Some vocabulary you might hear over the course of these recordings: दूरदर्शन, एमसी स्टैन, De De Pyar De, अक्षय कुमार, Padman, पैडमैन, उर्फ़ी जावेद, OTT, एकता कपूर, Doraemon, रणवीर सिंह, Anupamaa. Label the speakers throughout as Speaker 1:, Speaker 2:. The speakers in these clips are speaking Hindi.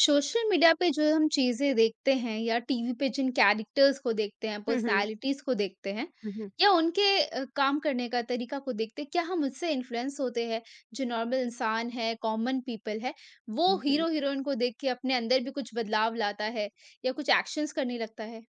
Speaker 1: सोशल मीडिया पे जो हम चीज़ें देखते हैं या टीवी पे जिन कैरेक्टर्स को देखते हैं,
Speaker 2: हुँ, हुँ।
Speaker 1: पर्सनैलिटीज़ को देखते हैं
Speaker 2: हुँ, हुँ।
Speaker 1: या उनके काम करने का तरीका को देखते हैं, क्या हम उससे इन्फ्लुएंस होते हैं? जो नॉर्मल इंसान है, कॉमन पीपल है, वो
Speaker 2: हुँ, हुँ।
Speaker 1: हीरो-हीरोइन को देख के अपने अंदर भी कुछ बदलाव लाता है या कुछ एक्शंस करने लगता है?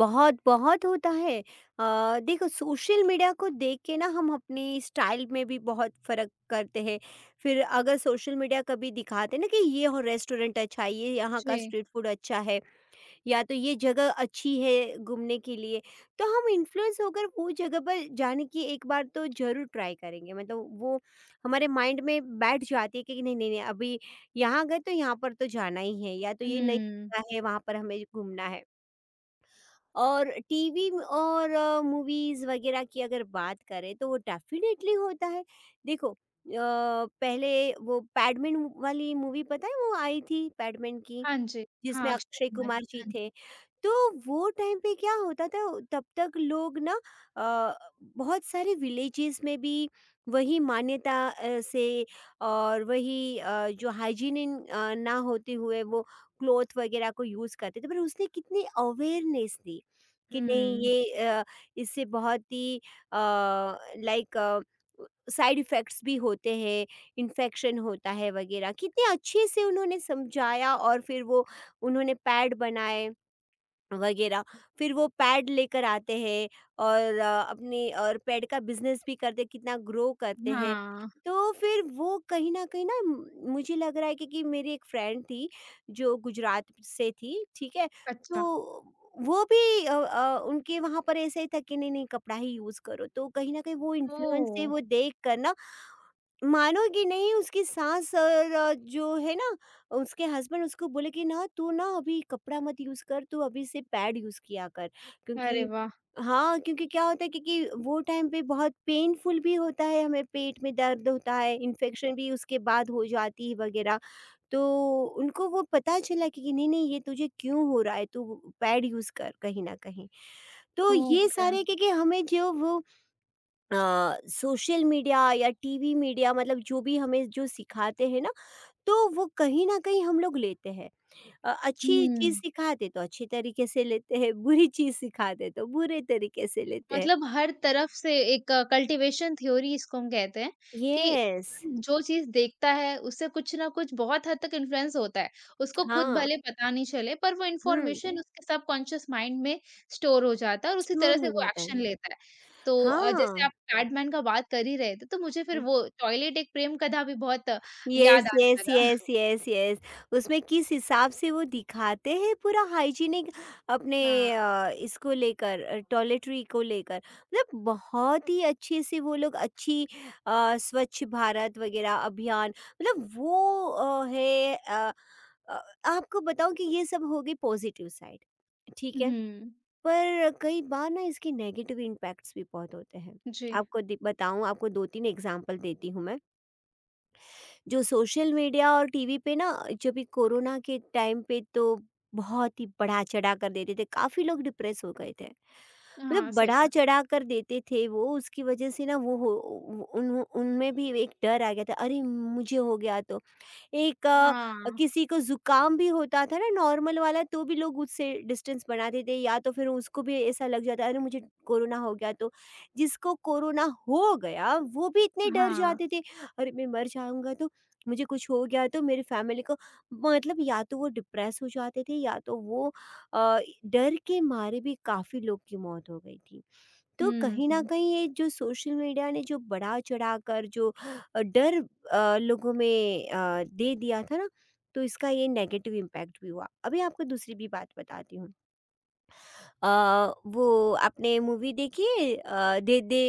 Speaker 2: बहुत, बहुत होता है। देखो सोशल मीडिया को देख के ना हम अपनी स्टाइल में भी बहुत फ़र्क करते हैं। फिर अगर सोशल मीडिया कभी दिखाते ना कि ये हो रेस्टोरेंट अच्छा है, ये यहाँ का
Speaker 1: जी।
Speaker 2: स्ट्रीट फूड अच्छा है। या तो ये जगह अच्छी है घूमने के लिए, तो हम इन्फ्लुएंस होकर वो जगह पर जाने की एक बार तो ज़रूर ट्राई करेंगे। मतलब वो हमारे माइंड में बैठ जाती है कि नहीं नहीं नहीं, अभी यहाँ गए तो यहाँ पर तो जाना ही है, या तो ये नई
Speaker 1: हुँ।
Speaker 2: जगह है वहाँ पर हमें घूमना है। और टीवी और मूवीज़ वगैरह की अगर बात करें, तो वो डेफिनेटली होता है। देखो पहले वो पैडमैन वाली मूवी, पता है वो आई थी, पैडमैन की
Speaker 1: हाँ जी। हाँ,
Speaker 2: जिसमें
Speaker 1: अक्षय
Speaker 2: अक्षय
Speaker 1: कुमार। जी,
Speaker 2: कुमार जी
Speaker 1: हाँ जी।
Speaker 2: थे। तो वो टाइम पे क्या होता था, तब तक लोग ना अ, बहुत सारे विलेजेस में भी वही मान्यता से, और वही जो हाइजीनिन ना होते हुए वो क्लॉथ वगैरह को यूज़ करते थे। पर उसने कितनी अवेयरनेस दी कि नहीं
Speaker 1: हुँ।
Speaker 2: ये, इससे बहुत ही अ, लाइक साइड इफ़ेक्ट्स भी होते हैं, इन्फेक्शन होता है वगैरह। कितने अच्छे से उन्होंने समझाया, और फिर वो उन्होंने पैड बनाए वगैरह, फिर वो पैड लेकर आते हैं, और अपने और पैड का बिजनेस भी करते, कितना ग्रो करते हैं।
Speaker 1: हाँ।
Speaker 2: तो फिर वो कहीं ना मुझे लग रहा है कि, मेरी एक फ्रेंड थी जो गुजरात से थी, ठीक है।
Speaker 1: अच्छा।
Speaker 2: तो वो भी उनके वहां पर ऐसे ही था कि नहीं नहीं कपड़ा ही यूज करो, तो कहीं ना कहीं वो इन्फ्लुएंस से
Speaker 1: ओह!
Speaker 2: वो देख कर ना, मानोगी नहीं उसकी सास और जो है ना, और उसके हस्बैंड उसको बोले कि ना तू ना अभी कपड़ा मत यूज़ कर, तू अभी से पैड यूज़ किया कर,
Speaker 1: अरे
Speaker 2: क्योंकि
Speaker 1: वाह!
Speaker 2: हाँ, क्योंकि क्या होता है, क्योंकि वो टाइम पे बहुत पेनफुल भी होता है, हमें पेट में दर्द होता है, इन्फेक्शन भी उसके बाद हो जाती है वगैरह। तो उनको वो पता चला कि नहीं नहीं ये तुझे क्यों हो रहा है, तू पैड यूज़ कर। कहीं ना कहीं, तो ये
Speaker 1: ओके।
Speaker 2: सारे क्योंकि हमें जो वो सोशल मीडिया या टीवी मीडिया मतलब जो भी हमें जो सिखाते हैं ना, तो वो कहीं ना कहीं हम लोग लेते हैं। अच्छी चीज़
Speaker 1: हुँ।
Speaker 2: सिखा दे तो अच्छी तरीके से लेते हैं, बुरी चीज़ सिखा दे तो बुरे तरीके से लेते हैं।
Speaker 1: मतलब हर तरफ से एक कल्टीवेशन थ्योरी इसको हम कहते हैं कि
Speaker 2: येस,
Speaker 1: इंसान जो चीज़ देखता है, उससे कुछ ना कुछ बहुत हद तक इन्फ्लुएंस होता है। उसको खुद
Speaker 2: हाँ,
Speaker 1: भले पता नहीं चले, पर वो
Speaker 2: हुँ,
Speaker 1: इन्फॉर्मेशन उसके सबकॉन्शियस माइंड में स्टोर हो जाता है और उसी तरह
Speaker 2: स्टोर
Speaker 1: से
Speaker 2: हो
Speaker 1: वो
Speaker 2: जाता है।
Speaker 1: एक्शन लेता है। तो जैसे
Speaker 2: हाँ।
Speaker 1: आप पैडमैन का बात कर ही रहे थे, तो मुझे फिर वो टॉयलेट एक प्रेम कथा भी बहुत
Speaker 2: यस,
Speaker 1: याद आने
Speaker 2: यस,
Speaker 1: लगा।
Speaker 2: Yes, yes, yes. उसमें किस हिसाब से वो दिखाते हैं पूरा हाइजीनिक अपने,
Speaker 1: हाँ।
Speaker 2: इसको लेकर टॉयलेटरी को लेकर, मतलब बहुत ही अच्छे से वो लोग अच्छी स्वच्छ भारत वगैरह अभियान, मतलब वो है अ, आपको बताऊँ कि ये सब हो गई पॉजिटिव साइड, ठीक है?
Speaker 1: हुँ।
Speaker 2: पर कई बार ना इसके नेगेटिव इम्पैक्ट्स भी बहुत होते हैं।
Speaker 1: जी।
Speaker 2: आपको दि बताऊँ, आपको 2-3 एग्ज़ाम्पल देती हूँ मैं। जो सोशल मीडिया और टीवी पे ना, जब ये कोरोना के टाइम पे, तो बहुत ही बढ़ा चढ़ा कर देते थे, काफ़ी लोग डिप्रेस हो गए थे। मतलब
Speaker 1: हाँ, सही
Speaker 2: बढ़ा
Speaker 1: बात
Speaker 2: चढ़ा कर देते थे वो, उसकी वजह से ना वो हो उन उनमें भी एक डर आ गया था, अरे मुझे हो गया तो। एक
Speaker 1: है। हाँ।
Speaker 2: किसी को जुकाम भी होता था ना नॉर्मल वाला, तो भी लोग उससे डिस्टेंस बनाते थे, या तो फिर उसको भी ऐसा लग जाता, अरे मुझे कोरोना हो गया तो। जिसको कोरोना हो गया वो भी इतने डर
Speaker 1: हाँ।
Speaker 2: जाते थे, अरे मैं मर जाऊंगा तो, मुझे कुछ हो गया तो मेरी फैमिली को। मतलब या तो वो डिप्रेस हो जाते थे, या तो वो अ, डर के मारे भी काफ़ी लोग की मौत हो गई थी। तो
Speaker 1: हुँ,
Speaker 2: कहीं न
Speaker 1: हुँ।
Speaker 2: कहीं ये जो सोशल मीडिया ने जो बढ़ा-चढ़ाकर जो डर लोगों में दे दिया था ना, तो इसका ये नेगेटिव इम्पैक्ट भी हुआ। अभी आपको दूसरी भी बात बताती हूँ। वो आपने मूवी देखी है, दे दे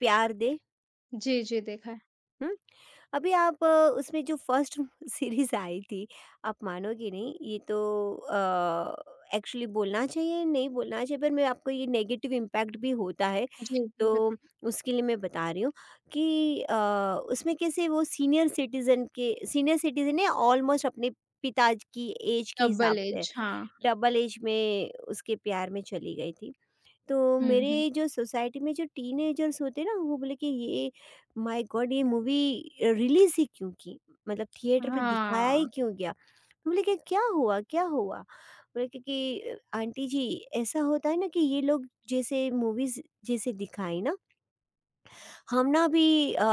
Speaker 2: प्यार दे?
Speaker 1: जी, जी, देखा है।
Speaker 2: हुँ? अभी आप उसमें जो फर्स्ट सीरीज़ आई थी, आप मानोगे नहीं, ये तो अ, एक्चुअली बोलना चाहिए, नहीं बोलना चाहिए, पर मैं आपको ये नेगेटिव इम्पैक्ट भी होता है,
Speaker 1: जी, जी, बत
Speaker 2: तो उसके लिए मैं बता रही हूँ कि, उसमें कैसे वो सीनियर सिटीज़न के, सीनियर सिटीज़न है ऑलमोस्ट अपने पिता की एज के
Speaker 1: डबल
Speaker 2: हिसाब से,
Speaker 1: एज हाँ।
Speaker 2: डबल एज में उसके प्यार में चली गई थी। तो
Speaker 1: हुँ, हुँ।
Speaker 2: मेरे जो सोसाइटी में जो टीनेजर्स होते हैं ना, वो बोले कि ये माय गॉड, ये मूवी रिलीज ही क्यों की, मतलब थिएटर पे दिखाया
Speaker 1: हाँ,
Speaker 2: ही क्यों गया। मैं बोले कि क्या हुआ क्या हुआ, बोले कि, आंटी जी, ऐसा होता है ना कि ये लोग जैसे मूवीज जैसे दिखाई ना, हम ना अभी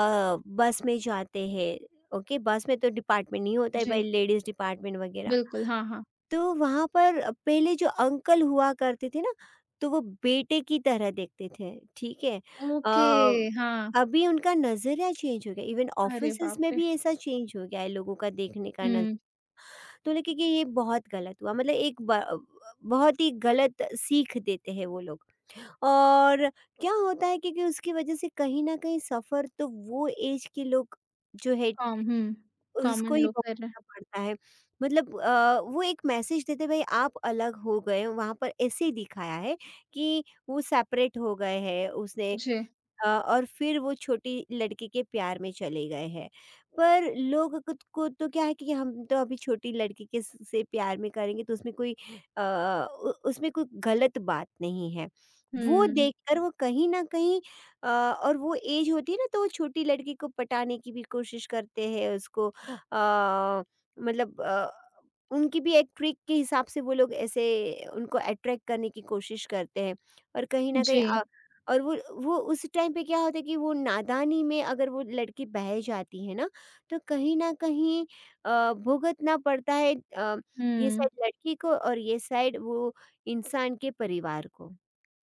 Speaker 2: बस में जाते हैं, ओके बस में तो डिपार्टमेंट नहीं होता है
Speaker 1: जी,
Speaker 2: भाई, लेडीज डिपार्टमेंट वगैरह।
Speaker 1: बिल्कुल, हाँ, हाँ।
Speaker 2: तो वहाँ पर पहले जो अंकल हुआ करते थे ना, तो वो बेटे की तरह देखते थे, ठीक है।
Speaker 1: ओके,
Speaker 2: अ,
Speaker 1: हाँ।
Speaker 2: अभी उनका नज़रिया चेंज हो गया, इवन
Speaker 1: अरे
Speaker 2: ऑफ़िसेज़
Speaker 1: बाप
Speaker 2: में
Speaker 1: रे!
Speaker 2: भी ऐसा चेंज हो गया है, लोगों का देखने का नज़
Speaker 1: हुँ,
Speaker 2: तो लगे कि ये बहुत गलत हुआ, मतलब एक ब बहुत ही गलत सीख देते हैं वो लोग। और क्या होता है कि उसकी वजह से कहीं न कहीं सफ़र तो वो ऐज के लोग जो है
Speaker 1: कॉम हुँ, कॉमन
Speaker 2: उसको ही
Speaker 1: लोग कर रहे हैं।
Speaker 2: भुगतना पड़ता है। मतलब वो एक मैसेज देते भाई आप अलग हो गए हो, वहाँ पर ऐसे ही दिखाया है कि वो सेपरेट हो गए हैं, उसने
Speaker 1: जी,
Speaker 2: और फिर वो छोटी लड़की के प्यार में चले गए हैं। पर लोग खुद को, तो क्या है कि हम तो अभी छोटी लड़की के स से प्यार में करेंगे, तो उसमें कोई, अ, उ उसमें कोई गलत बात नहीं है। वो
Speaker 1: हुँ,
Speaker 2: देखकर वो कहीं न कहीं, और वो एज होती है ना, तो वो छोटी लड़की को पटाने की भी कोशिश करते हैं, उसको मतलब उनकी भी एक ट्रिक के हिसाब से वो लोग ऐसे उनको अट्रैक्ट करने की कोशिश करते हैं। और कहीं न कहीं
Speaker 1: जी,
Speaker 2: और वो उस टाइम पे क्या होता है, कि वो नादानी में अगर वो लड़की बह जाती है ना, तो कहीं न कहीं भुगतना पड़ता है, ये
Speaker 1: हुँ।
Speaker 2: साइड लड़की को और ये साइड वो इंसान के परिवार को।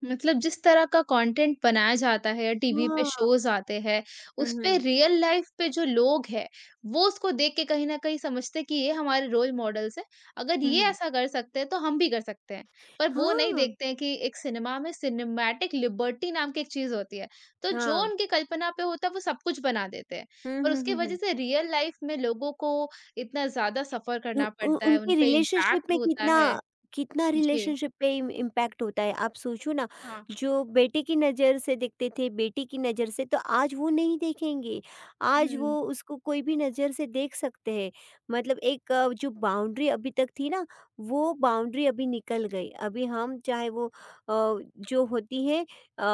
Speaker 1: मतलब जिस तरह का कंटेंट बनाया जाता है, टीवी पे
Speaker 2: हाँ।
Speaker 1: शोज़ आते हैं,
Speaker 2: हुँ,
Speaker 1: उस पे
Speaker 2: हुँ।
Speaker 1: रियल लाइफ़ पे जो लोग हैं, वो उसको देख के कहीं न कहीं समझते हैं कि ये हमारे रोल मॉडल्स हैं। अगर
Speaker 2: हुँ,
Speaker 1: ये
Speaker 2: हुँ।
Speaker 1: ऐसा कर सकते हैं, तो हम भी कर सकते हैं। पर वो नहीं
Speaker 2: हाँ।
Speaker 1: देखते हैं कि एक सिनेमा में सिनेमैटिक लिबर्टी नाम की एक चीज़ होती है। तो जो
Speaker 2: हाँ।
Speaker 1: उनकी कल्पना पे होता है, वो सब कुछ बना देते हैं।
Speaker 2: हुँ,
Speaker 1: पर
Speaker 2: हुँ,
Speaker 1: उसकी
Speaker 2: हुँ,
Speaker 1: वजह
Speaker 2: हुँ।
Speaker 1: से रियल लाइफ़ में लोगों को इतना ज़्यादा सफ़र
Speaker 2: उ
Speaker 1: करना
Speaker 2: उ
Speaker 1: पड़ता है, उन
Speaker 2: उनके
Speaker 1: पे
Speaker 2: रिलेशनशिप
Speaker 1: इम्पैक्ट
Speaker 2: में
Speaker 1: होता
Speaker 2: कितना,
Speaker 1: है।
Speaker 2: कितना
Speaker 1: जी,
Speaker 2: रिलेशनशिप पे इम इम्पैक्ट होता है, आप सोचो ना,
Speaker 1: हाँ।
Speaker 2: जो बेटे की नज़र से देखते थे, बेटी की नज़र से, तो आज वो नहीं देखेंगे। आज वो
Speaker 1: हुँ।
Speaker 2: उसको कोई भी नज़र से देख सकते हैं। मतलब एक, जो बाउंड्री अभी तक थी ना, वो बाउंड्री अभी निकल गई। अभी हम चाहे वो जो होती है अ,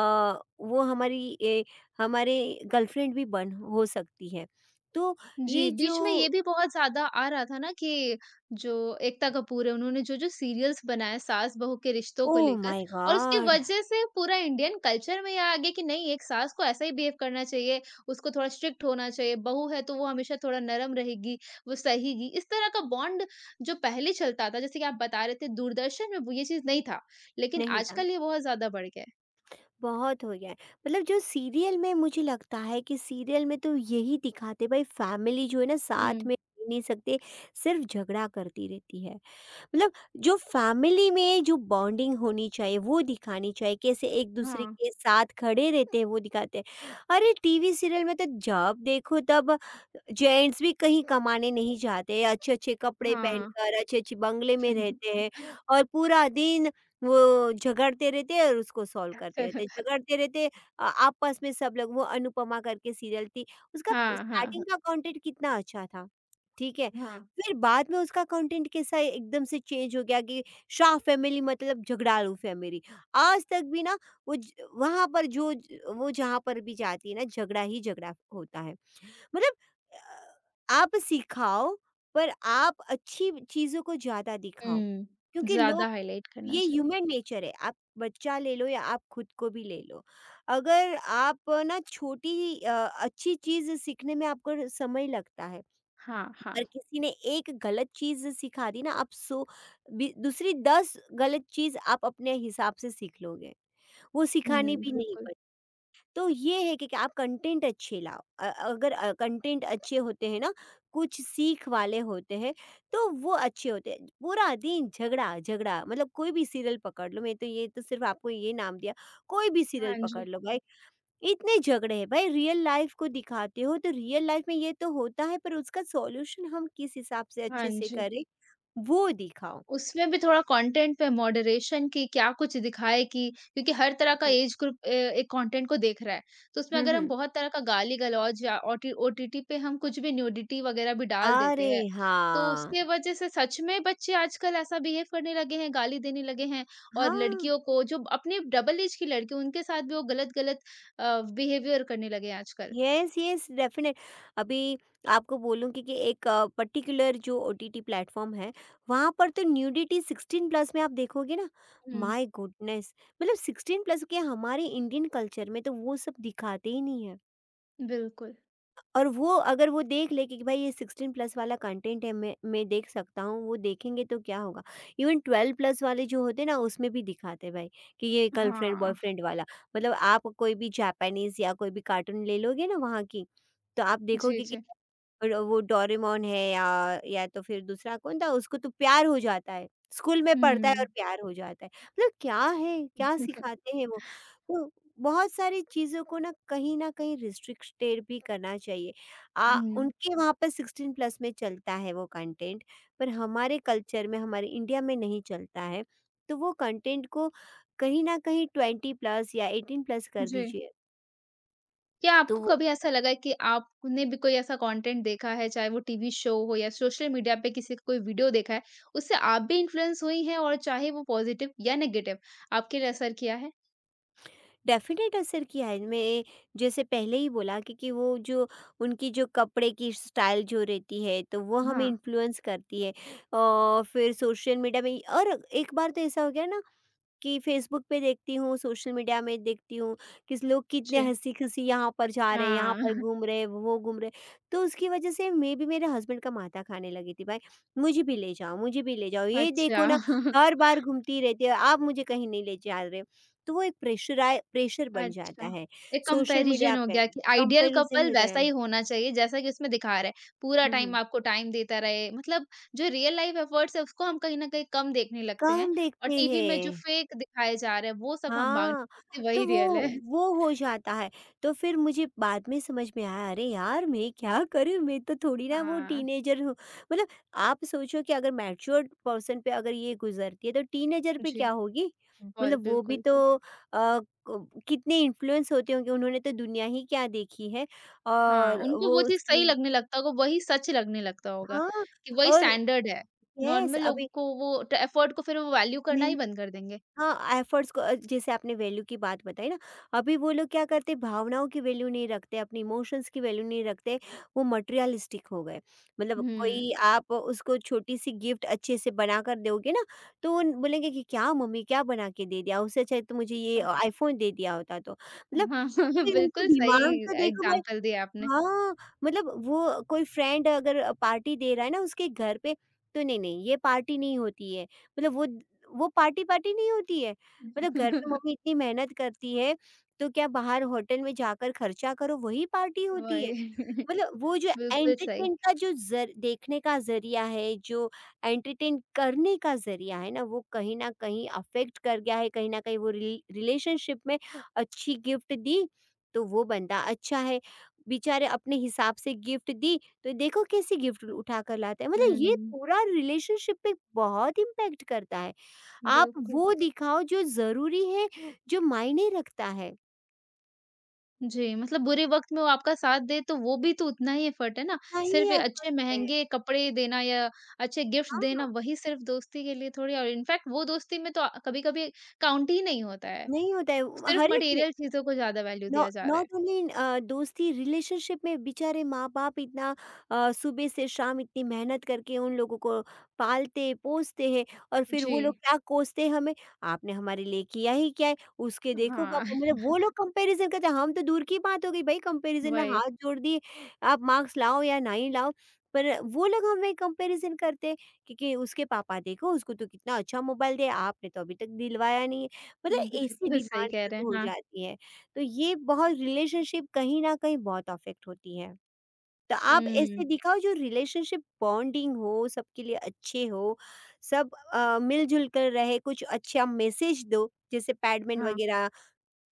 Speaker 2: वो हमारी ए हमारे गर्लफ्रेंड भी बन हो सकती है। तो
Speaker 1: जी,
Speaker 2: ये जो,
Speaker 1: बीच में ये भी बहुत ज़्यादा आ रहा था ना कि जो एकता कपूर है, उन्होंने जो-जो सीरियल्स बनाए सास-बहू के रिश्तों को
Speaker 2: ओह
Speaker 1: लेकर
Speaker 2: माय
Speaker 1: और उसकी
Speaker 2: गॉड!
Speaker 1: वजह से पूरा इंडियन कल्चर में ये आ गया कि नहीं, एक सास को ऐसा ही बिहेव करना चाहिए, उसको थोड़ा स्ट्रिक्ट होना चाहिए, बहू है तो वो हमेशा थोड़ा नरम रहेगी, वो सहेगी। इस तरह का बॉन्ड जो पहले चलता था, जैसे कि आप बता रहे थे दूरदर्शन में वो ये चीज़ नहीं था, लेकिन
Speaker 2: नहीं था,
Speaker 1: आजकल ये बहुत ज़्यादा बढ़ गया है।
Speaker 2: बहुत हो गया है। मतलब जो सीरियल में मुझे लगता है कि सीरियल में तो यही दिखाते भाई, फैमिली जो है ना साथ
Speaker 1: हुँ,
Speaker 2: में रह नहीं सकते, सिर्फ झगड़ा करती रहती है। मतलब जो फैमिली में जो बॉन्डिंग होनी चाहिए वो दिखानी चाहिए, कैसे एक-दूसरे
Speaker 1: हाँ,
Speaker 2: के साथ खड़े रहते हैं वो दिखाते हैं। अरे टीवी सीरियल में तो जब देखो तब जेंट्स भी कहीं कमाने नहीं जाते, अच्छे-अच्छे कपड़े
Speaker 1: हाँ।
Speaker 2: पहनकर अच्छे-अच्छे बंगले में रहते हैं, और पूरा दिन वो झगड़ते रहते हैं और उसको सॉल्व करते रहते हैं, झगड़ते रहते हैं आपस में सब लोग। वो अनुपमा करके सीरियल थी, उसका
Speaker 1: हाँ, हाँ, हाँ,
Speaker 2: स्टार्टिंग का कंटेंट कितना अच्छा था, ठीक है?
Speaker 1: हाँ।
Speaker 2: फिर बाद में उसका कंटेंट कैसा है, एकदम से चेंज हो गया कि शाह फैमिली मतलब झगड़ालू फैमिली। आज तक भी ना वहाँ पर वो जहाँ पर भी जाती है ना झगड़ा ही झगड़ा होता है। मतलब आप सिखाओ, पर आप अच्छी चीज़ों को ज़्यादा दिखाओ,
Speaker 1: हुँ,
Speaker 2: क्योंकि
Speaker 1: ज़्यादा
Speaker 2: लोग,
Speaker 1: हाइलाइट करना
Speaker 2: ये
Speaker 1: चाहिए।
Speaker 2: ह्यूमन नेचर है। आप बच्चा ले लो या आप खुद को भी ले लो, अगर आप ना अच्छी चीज़ सीखने में आपको समय लगता है।
Speaker 1: हाँ, हाँ।
Speaker 2: पर किसी ने एक गलत चीज़ सिखा दी ना आप सो बी दूसरी 10 गलत चीज़ आप अपने हिसाब से सीख लोगे। वो
Speaker 1: हुँ,
Speaker 2: सिखानी भी नहीं
Speaker 1: बिल्कुल।
Speaker 2: पड़ती। तो ये है कि आप कंटेंट अच्छे लाओ। अगर कंटेंट अच्छे होते हैं ना, कुछ सीख वाले होते हैं, तो वो अच्छे होते हैं। पूरा दिन झगड़ा-झगड़ा, मतलब कोई भी सीरियल पकड़ लो, मैं तो ये तो सिर्फ़ आपको ये नाम दिया, कोई भी सीरियल
Speaker 1: हाँ जी,
Speaker 2: पकड़ लो भाई, इतने झगड़े हैं भाई। रियल लाइफ को दिखाते हो तो रियल लाइफ में ये तो होता है, पर उसका सॉल्यूशन हम किस हिसाब से
Speaker 1: हाँ
Speaker 2: अच्छे से
Speaker 1: जी।
Speaker 2: करें, वो दिखाओ।
Speaker 1: उसमें भी थोड़ा कंटेंट पे मॉडरेशन कि क्या कुछ दिखाए कि क्योंकि हर तरह का
Speaker 2: हम्म,
Speaker 1: एज ग्रुप एक कंटेंट को देख रहा है। तो उसमें अगर
Speaker 2: हम्म,
Speaker 1: हम
Speaker 2: हम्म।
Speaker 1: बहुत तरह का गाली-गलौज या ओटीटी पे हम कुछ भी न्यूडिटी वगैरह भी डाल
Speaker 2: अरे,
Speaker 1: देते हैं, तो
Speaker 2: हाँ।
Speaker 1: उसके वजह से सच में बच्चे आजकल ऐसा बिहेव करने लगे हैं, गाली देने लगे हैं और
Speaker 2: हाँ।
Speaker 1: लड़कियों को जो अपने डबल एज की लड़कियों उनके साथ भी वो गलत-गलत बिहेवियर करने लगे हैं आजकल।
Speaker 2: Yes, yes, definite. अभी आपको बोलूँगी कि एक पर्टिकुलर जो ओटीटी प्लेटफॉर्म है, वहाँ पर तो न्यूडिटी 16 प्लस में आप देखोगे ना।
Speaker 1: हुँ।
Speaker 2: My goodness. मतलब 16 प्लस के हमारे इंडियन कल्चर में तो वो सब दिखाते ही नहीं है।
Speaker 1: बिल्कुल,
Speaker 2: और वो अगर वो देख ले कि भाई ये 16 प्लस वाला कंटेंट है, मैं देख सकता हूँ, वो देखेंगे तो क्या होगा। इवन 12 प्लस वाले जो होते हैं ना उसमें भी दिखाते हैं भाई कि ये गर्लफ्रेंड
Speaker 1: हाँ।
Speaker 2: बॉयफ्रेंड वाला। मतलब आप कोई भी जापानीज या कोई भी कार्टून ले लोगे ना, वहाँ की, तो आप
Speaker 1: जी,
Speaker 2: देखोगे कि
Speaker 1: जी।
Speaker 2: और वो डोरेमोन है या तो फिर दूसरा कौन था, उसको तो प्यार हो जाता है, स्कूल में पढ़ता है
Speaker 1: हुँ।
Speaker 2: और प्यार हो जाता है। मतलब क्या है, क्या सिखाते हैं वो। तो बहुत सारी चीज़ों को ना कहीं न कहीं रिस्ट्रिक्टेड भी करना चाहिए।
Speaker 1: हुँ,
Speaker 2: उनके वहाँ पर 16 प्लस में चलता है वो कंटेंट, पर हमारे कल्चर में, हमारे इंडिया में नहीं चलता है। तो वो कंटेंट को कहीं न कहीं 20 प्लस या 18 प्लस कर
Speaker 1: जी।
Speaker 2: दीजिए।
Speaker 1: क्या
Speaker 2: तो
Speaker 1: आपको
Speaker 2: वो
Speaker 1: कभी ऐसा लगा है कि आपने भी कोई ऐसा कंटेंट देखा है, चाहे वो टीवी शो हो या सोशल मीडिया पे किसी का कोई वीडियो देखा है, उससे आप भी इन्फ्लुएंस हुई हैं और चाहे वो पॉजिटिव या नेगेटिव, आपके लिए असर किया है?
Speaker 2: डेफ़िनेट असर किया है। मैं जैसे पहले ही बोला, क्योंकि वो जो उनकी जो कपड़े की स्टाइल जो रहती है, तो वो हमें
Speaker 1: हाँ,
Speaker 2: इन्फ्लुएंस करती है। फिर सोशल मीडिया में, और एक बार तो ऐसा हो गया ना कि फेसबुक पे देखती हूँ, सोशल मीडिया में देखती हूँ, किस लोग कितने
Speaker 1: जी।
Speaker 2: हँसी-खुशी यहाँ पर जा रहे हैं, यहाँ
Speaker 1: हाँ,
Speaker 2: पर घूम रहे हैं, वो घूम रहे हैं। तो उसकी वजह से मैं भी मेरे हस्बैंड का माथा खाने लगी थी, "भाई, मुझे भी ले जाओ, मुझे भी ले जाओ। ये
Speaker 1: अच्छा।
Speaker 2: देखो ना, हर बार घूमती रहती है, आप मुझे कहीं नहीं ले जा रहे हो।" तो वो एक प्रेशर बन
Speaker 1: अच्छा,
Speaker 2: जाता है।
Speaker 1: एक
Speaker 2: सोशल
Speaker 1: कंपैरिज़न
Speaker 2: मीडिया
Speaker 1: हो
Speaker 2: पे
Speaker 1: गया कि आइडियल
Speaker 2: कंपैरिज़न
Speaker 1: कपल
Speaker 2: होता है।
Speaker 1: वैसा ही होना चाहिए जैसा कि उसमें दिखा रहा है। पूरा
Speaker 2: हुँ,
Speaker 1: टाइम
Speaker 2: हुँ।
Speaker 1: आपको टाइम देता रहे मतलब जो रियल लाइफ़ एफ़र्ट्स है उसको हम कहीं न कहीं कम देखने लगते हैं
Speaker 2: कम
Speaker 1: और
Speaker 2: देखते
Speaker 1: टीवी में जो
Speaker 2: हैं।
Speaker 1: फेक दिखाए जा रहे हैं वो सब हम मानने
Speaker 2: हाँ,
Speaker 1: लगते हैं वही
Speaker 2: तो वो
Speaker 1: रियल है।
Speaker 2: वो हो जाता है। तो फिर मुझे बाद में समझ में आया, अरे यार मैं क्या करूँ? मैं तो थोड़ी ना वो
Speaker 1: हाँ,
Speaker 2: टीनेजर हूँ। मतलब आप सोचो कि अगर मैच्योर्ड पर्सन पे अगर ये गुज़रती है तो टीनेजर पे
Speaker 1: जी।
Speaker 2: क्या होगी?
Speaker 1: बल
Speaker 2: मतलब वो भी
Speaker 1: बिल्कुल,
Speaker 2: तो अ,
Speaker 1: बिल्कुल।
Speaker 2: क कितने इन्फ्लुएंस होते होंगे, उन्होंने तो दुनिया ही क्या देखी है,
Speaker 1: हाँ,
Speaker 2: और
Speaker 1: उनको
Speaker 2: वो
Speaker 1: वो चीज़
Speaker 2: उसके।
Speaker 1: सही लगने लगता होगा, वही सच लगने लगता होगा
Speaker 2: हाँ,
Speaker 1: कि वही
Speaker 2: और
Speaker 1: स्टैंडर्ड है।
Speaker 2: यस,
Speaker 1: नॉर्मल लोग
Speaker 2: अभी।
Speaker 1: को वो ट एफ़र्ट को फिर वो वैल्यू करना ही
Speaker 2: नहीं।
Speaker 1: बंद कर देंगे।
Speaker 2: हाँ, एफर्ट्स को, जैसे आपने वैल्यू की बात बताई ना, अभी वो लोग क्या करते हैं, भावनाओं की वैल्यू नहीं रखते, अपनी इमोशंस की वैल्यू नहीं रखते, वो मटेरियलिस्टिक हो गए। मतलब कोई
Speaker 1: हुँ।
Speaker 2: आप उसको छोटी-सी गिफ्ट अच्छे से बनाकर दोगे ना, तो वो बोलेंगे कि क्या मम्मी क्या बना के दे दिया? उससे अच्छा है तो मुझे ये आईफ़ोन दे दिया होता तो। मतलब
Speaker 1: हाँ,
Speaker 2: कोई उनकी
Speaker 1: बिल्कुल सही
Speaker 2: डिमांड तो देखो भाई।
Speaker 1: एग्ज़ाम्पल दिया आपने।
Speaker 2: हाँ, मतलब वो कोई फ्रेंड अगर पार्टी दे रहा है ना उसके घर पे, तो नहीं, नहीं ये पार्टी नहीं होती है। मतलब वो पार्टी-पार्टी नहीं होती है। मतलब घर पे मम्मी इतनी मेहनत करती है, तो क्या बाहर होटल में जाकर खर्चा करो, वही पार्टी होती है।
Speaker 1: वही,
Speaker 2: मतलब वो जो
Speaker 1: बिल्कुल सही।
Speaker 2: एंटरटेन का जो ज़र देखने का ज़रिया है, जो एंटरटेन करने का ज़रिया है ना, वो कहीं न कहीं अफ़ेक्ट कर गया है, कहीं न कहीं वो रिलेशनशिप में अच्छी गिफ्ट दी, तो वो बंदा अच्छा है। बेचारे अपने हिसाब से गिफ्ट दी, तो देखो कैसी गिफ्ट उठाकर लाते हैं। मतलब ये
Speaker 1: हुँ,
Speaker 2: पूरा रिलेशनशिप पे बहुत इम्पैक्ट करता है। आप
Speaker 1: बिल्कुल।
Speaker 2: वो दिखाओ जो ज़रूरी है, जो मायने रखता है।
Speaker 1: जी, मतलब बुरे वक़्त में वो आपका साथ दे तो वो भी तो उतना ही एफ़र्ट है ना,
Speaker 2: उतना ही
Speaker 1: सिर्फ़ अच्छे
Speaker 2: एफ़र्ट है।
Speaker 1: महँगे कपड़े देना या अच्छे गिफ्ट देना
Speaker 2: हाँ,
Speaker 1: वही सिर्फ़ दोस्ती के लिए थोड़ी और इनफ़ैक्ट वो दोस्ती में तो कभी-कभी काउंट ही नहीं होता है।
Speaker 2: नहीं होता है,
Speaker 1: सिर्फ़
Speaker 2: हर एक में।
Speaker 1: मटेरियल चीज़ों को ज़्यादा वैल्यू
Speaker 2: नॉ
Speaker 1: दिया जा रहा है।
Speaker 2: नॉट ओनली इन दोस्ती रिलेशनशिप में। बेचारे माँ-बाप इतना सुबह से शाम इतनी मेहनत करके उन लोगों को पालते, पोसते हैं, और फिर वो लोग
Speaker 1: जी,
Speaker 2: क्या कोसते हैं हमें, आपने हमारे लिए किया ही क्या है? उसके देखो
Speaker 1: हाँ,
Speaker 2: पापा, मतलब वो लोग कंपैरिज़न करते हैं, हम तो दूर की बात हो गई, भई कंपैरिज़न में
Speaker 1: वही।
Speaker 2: हाथ जोड़ दिए, आप मार्क्स लाओ या नहीं लाओ। पर वो लोग हमें कंपैरिज़न करते हैं कि उसके पापा देखो, उसको तो कितना अच्छा मोबाइल दिया, आपने तो अभी तक दिलवाया नहीं है। मतलब ऐसी
Speaker 1: बिल्कुल सही
Speaker 2: डिमांड
Speaker 1: कह रहे
Speaker 2: शुरू
Speaker 1: हैं।
Speaker 2: हो
Speaker 1: हाँ।
Speaker 2: जाती है। तो ये बहुत रिलेशनशिप कहीं न कहीं बहुत अफ़ेक्ट होती है। तो आप
Speaker 1: हुँ,
Speaker 2: ऐसे दिखाओ जो रिलेशनशिप बॉन्डिंग हो, सबके लिए अच्छे हो, सब मिल-जुल कर रहे, कुछ अच्छा मैसेज दो, जैसे पैडमैन
Speaker 1: हाँ,
Speaker 2: वगैरह,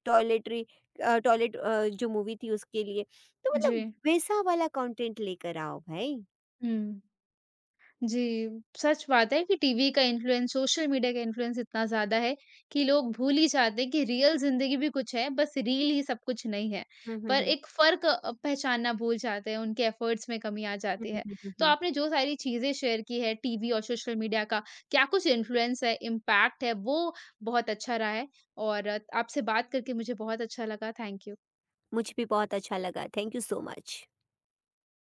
Speaker 2: टॉयलेटरी टॉयलेट, जो मूवी थी उसके लिए। तो
Speaker 1: जी।
Speaker 2: मतलब वैसा वाला कंटेंट लेकर आओ भाई।
Speaker 1: हुँ। जी, सच बात है कि टीवी का इन्फ्लुएंस, सोशल मीडिया का इन्फ्लुएंस इतना ज़्यादा है कि लोग भूल ही जाते हैं कि रियल ज़िंदगी भी कुछ है, बस रील ही सब कुछ नहीं है।
Speaker 2: हुँ, हुँ,
Speaker 1: पर
Speaker 2: हुँ।
Speaker 1: एक फ़र्क पहचानना भूल जाते हैं, उनके एफ़र्ट्स में कमी आ
Speaker 2: हुँ,
Speaker 1: जाती
Speaker 2: हुँ,
Speaker 1: है।
Speaker 2: हुँ, हुँ,
Speaker 1: तो
Speaker 2: हुँ।
Speaker 1: आपने जो सारी चीज़ें शेयर की है टीवी और सोशल मीडिया का क्या कुछ इन्फ्लुएंस है, इम्पैक्ट है, वो बहुत अच्छा रहा है और आपसे बात करके मुझे बहुत अच्छा लगा। Thank you.
Speaker 2: मुझे भी बहुत अच्छा लगा। Thank you so much.